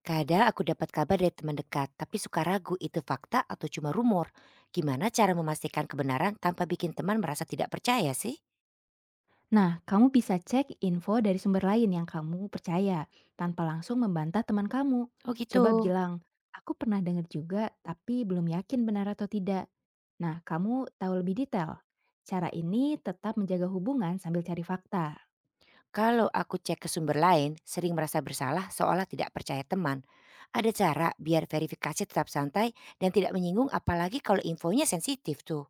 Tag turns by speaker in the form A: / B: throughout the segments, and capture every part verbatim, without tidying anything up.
A: Kadang aku dapat kabar dari teman dekat, tapi suka ragu itu fakta atau cuma rumor. Gimana cara memastikan kebenaran tanpa bikin teman merasa tidak percaya sih?
B: Nah, kamu bisa cek info dari sumber lain yang kamu percaya tanpa langsung membantah teman kamu.
A: Oh
B: Coba
A: gitu.
B: bilang, aku pernah dengar juga tapi belum yakin benar atau tidak. Nah, kamu tahu lebih detail. Cara ini tetap menjaga hubungan sambil cari fakta.
A: Kalau aku cek ke sumber lain, sering merasa bersalah seolah tidak percaya teman. Ada cara biar verifikasi tetap santai dan tidak menyinggung apalagi kalau infonya sensitif tuh.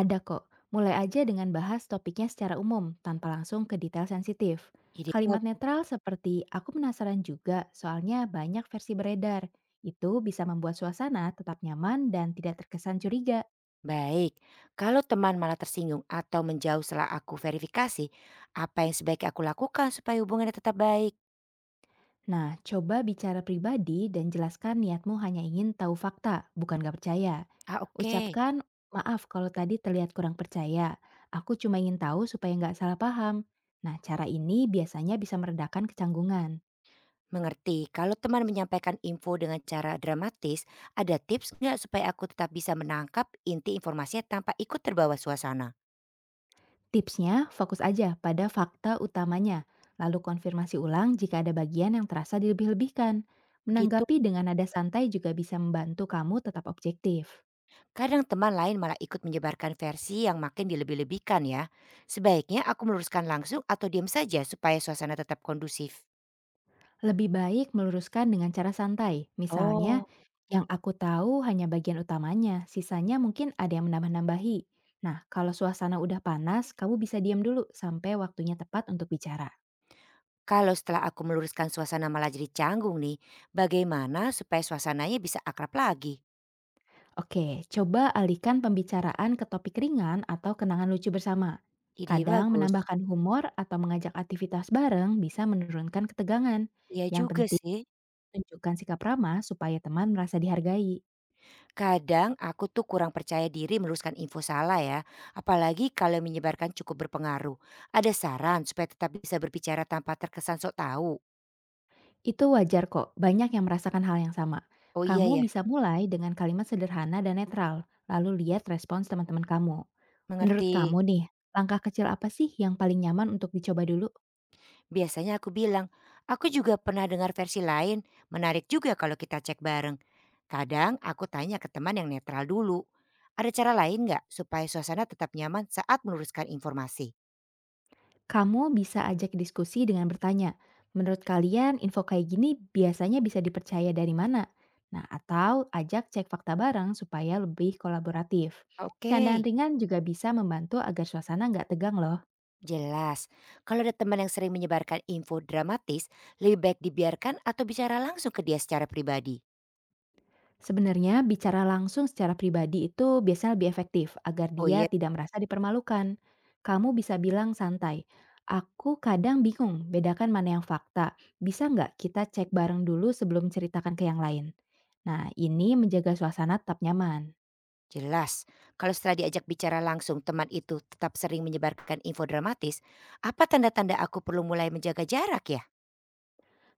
B: Ada kok, mulai aja dengan bahas topiknya secara umum tanpa langsung ke detail sensitif.
A: Ide
B: Kalimat
A: bagus.
B: netral seperti, aku penasaran juga soalnya banyak versi beredar. Itu bisa membuat suasana tetap nyaman dan tidak terkesan curiga.
A: Baik. Kalau teman malah tersinggung atau menjauh setelah aku verifikasi, apa yang sebaiknya aku lakukan supaya hubungannya tetap baik?
B: Nah, coba bicara pribadi dan jelaskan niatmu hanya ingin tahu fakta, bukan gak percaya.
A: Ah, oke.
B: Ucapkan, maaf kalau tadi terlihat kurang percaya. Aku cuma ingin tahu supaya nggak salah paham. Nah, cara ini biasanya bisa meredakan kecanggungan.
A: Mengerti, kalau teman menyampaikan info dengan cara dramatis, ada tips nggak supaya aku tetap bisa menangkap inti informasinya tanpa ikut terbawa suasana?
B: Tipsnya, fokus aja pada fakta utamanya, lalu konfirmasi ulang jika ada bagian yang terasa dilebih-lebihkan.
A: Begitu.
B: Menanggapi dengan nada santai juga bisa membantu kamu tetap objektif.
A: Kadang teman lain malah ikut menyebarkan versi yang makin dilebih-lebihkan ya. Sebaiknya aku meluruskan langsung atau diam saja supaya suasana tetap kondusif.
B: Lebih baik meluruskan dengan cara santai, misalnya,
A: Oh,
B: yang aku tahu hanya bagian utamanya, sisanya mungkin ada yang menambah-nambahi. Nah, kalau suasana udah panas, kamu bisa diam dulu sampai waktunya tepat untuk bicara.
A: kalau setelah aku meluruskan suasana malah jadi canggung nih, bagaimana supaya suasananya bisa akrab lagi?
B: Oke, coba alihkan pembicaraan ke topik ringan atau kenangan lucu bersama.
A: Ide
B: Kadang
A: bagus.
B: menambahkan humor atau mengajak aktivitas bareng bisa menurunkan ketegangan.
A: Iya
B: Yang
A: juga
B: penting,
A: sih.
B: tunjukkan sikap ramah supaya teman merasa dihargai.
A: Kadang aku tuh kurang percaya diri meluruskan info salah ya, apalagi kalau yang menyebarkan cukup berpengaruh. Ada saran supaya tetap bisa berbicara tanpa terkesan sok tahu?
B: Itu wajar kok, banyak yang merasakan hal yang sama.
A: Oh iya
B: Kamu
A: ya,
B: bisa mulai dengan kalimat sederhana dan netral, lalu lihat respons teman-teman kamu. Menurut
A: mengerti.
B: kamu nih, langkah kecil apa sih yang paling nyaman untuk dicoba dulu?
A: Biasanya aku bilang, aku juga pernah dengar versi lain, menarik juga kalau kita cek bareng. Kadang aku tanya ke teman yang netral dulu. Ada cara lain nggak supaya suasana tetap nyaman saat meluruskan informasi?
B: Kamu bisa ajak diskusi dengan bertanya, menurut kalian info kayak gini biasanya bisa dipercaya dari mana? Nah, atau ajak cek fakta bareng supaya lebih kolaboratif.
A: Oke.
B: Candaan ringan juga bisa membantu agar suasana nggak tegang loh.
A: Jelas, kalau ada teman yang sering menyebarkan info dramatis, lebih baik dibiarkan atau bicara langsung ke dia secara pribadi.
B: Sebenarnya, bicara langsung secara pribadi itu biasanya lebih efektif agar
A: Oh iya,
B: dia tidak merasa dipermalukan. Kamu bisa bilang santai, aku kadang bingung bedakan mana yang fakta. Bisa nggak kita cek bareng dulu sebelum ceritakan ke yang lain? Nah, ini menjaga suasana tetap nyaman.
A: jelas. Kalau setelah diajak bicara langsung, teman itu tetap sering menyebarkan info dramatis, apa tanda-tanda aku perlu mulai menjaga jarak ya?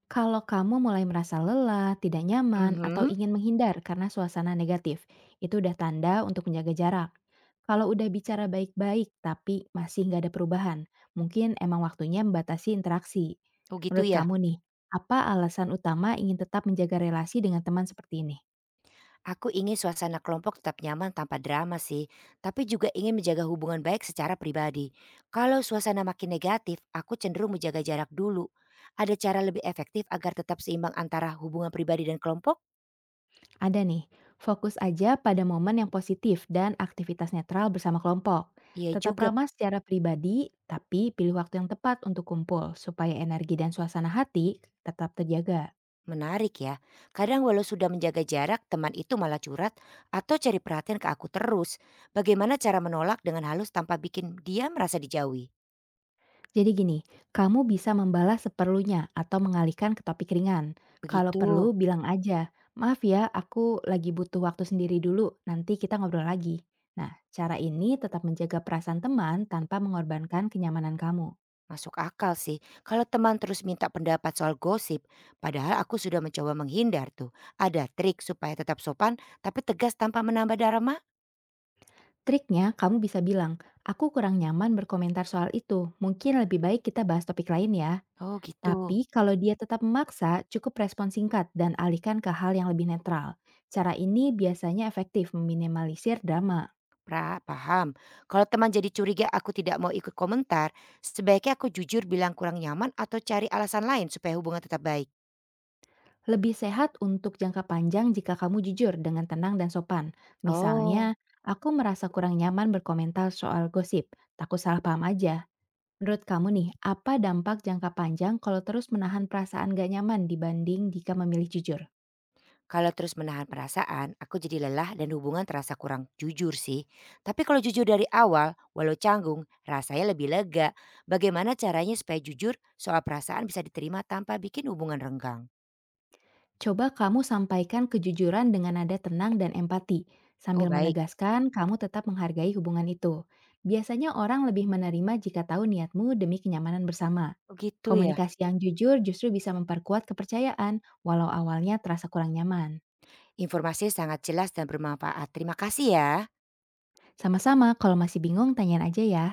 B: Kalau kamu mulai merasa lelah, tidak nyaman, atau
A: Mhm,
B: ingin menghindar karena suasana negatif, itu udah tanda untuk menjaga jarak. Kalau udah bicara baik-baik tapi masih nggak ada perubahan, mungkin emang waktunya membatasi interaksi.
A: oh gitu
B: Menurut
A: ya.
B: kamu nih, apa alasan utama ingin tetap menjaga relasi dengan teman seperti ini?
A: Aku ingin suasana kelompok tetap nyaman tanpa drama sih, tapi juga ingin menjaga hubungan baik secara pribadi. Kalau suasana makin negatif, aku cenderung menjaga jarak dulu. Ada cara lebih efektif agar tetap seimbang antara hubungan pribadi dan kelompok?
B: Ada nih, fokus aja pada momen yang positif dan aktivitas netral bersama kelompok.
A: Iya
B: Tetap
A: juga,
B: ramah secara pribadi, tapi pilih waktu yang tepat untuk kumpul supaya energi dan suasana hati tetap terjaga.
A: menarik ya. Kadang walau sudah menjaga jarak, teman itu malah curhat atau cari perhatian ke aku terus. Bagaimana cara menolak dengan halus tanpa bikin dia merasa dijauhi?
B: Jadi gini, kamu bisa membalas seperlunya atau mengalihkan ke topik ringan. Kalau
A: Begitu.
B: perlu, bilang aja, maaf ya, aku lagi butuh waktu sendiri dulu, nanti kita ngobrol lagi. Nah, cara ini tetap menjaga perasaan teman tanpa mengorbankan kenyamanan kamu.
A: Masuk akal sih, kalau teman terus minta pendapat soal gosip, padahal aku sudah mencoba menghindar tuh. Ada trik supaya tetap sopan tapi tegas tanpa menambah drama?
B: Triknya, kamu bisa bilang, aku kurang nyaman berkomentar soal itu, mungkin lebih baik kita bahas topik lain ya.
A: Oh gitu,
B: Tapi kalau dia tetap memaksa, cukup respon singkat dan alihkan ke hal yang lebih netral. Cara ini biasanya efektif meminimalisir drama.
A: pra paham. Kalau teman jadi curiga aku tidak mau ikut komentar, sebaiknya aku jujur bilang kurang nyaman atau cari alasan lain supaya hubungan tetap baik.
B: Lebih sehat untuk jangka panjang jika kamu jujur dengan tenang dan sopan. Misalnya,
A: Oh.
B: aku merasa kurang nyaman berkomentar soal gosip, takut salah paham aja. Menurut kamu nih, apa dampak jangka panjang kalau terus menahan perasaan gak nyaman dibanding jika memilih jujur?
A: Kalau terus menahan perasaan, aku jadi lelah dan hubungan terasa kurang jujur sih. Tapi kalau jujur dari awal, walau canggung, rasanya lebih lega. Bagaimana caranya supaya jujur soal perasaan bisa diterima tanpa bikin hubungan renggang?
B: Coba kamu sampaikan kejujuran dengan nada tenang dan empati,
A: Oh
B: sambil
A: baik,
B: menegaskan kamu tetap menghargai hubungan itu. Biasanya orang lebih menerima jika tahu niatmu demi kenyamanan bersama.
A: oh gitu ya.
B: Komunikasi yang jujur justru bisa memperkuat kepercayaan, walau awalnya terasa kurang nyaman.
A: Informasinya sangat jelas dan bermanfaat. Terima kasih ya.
B: Sama-sama, kalau masih bingung, tanyain aja ya.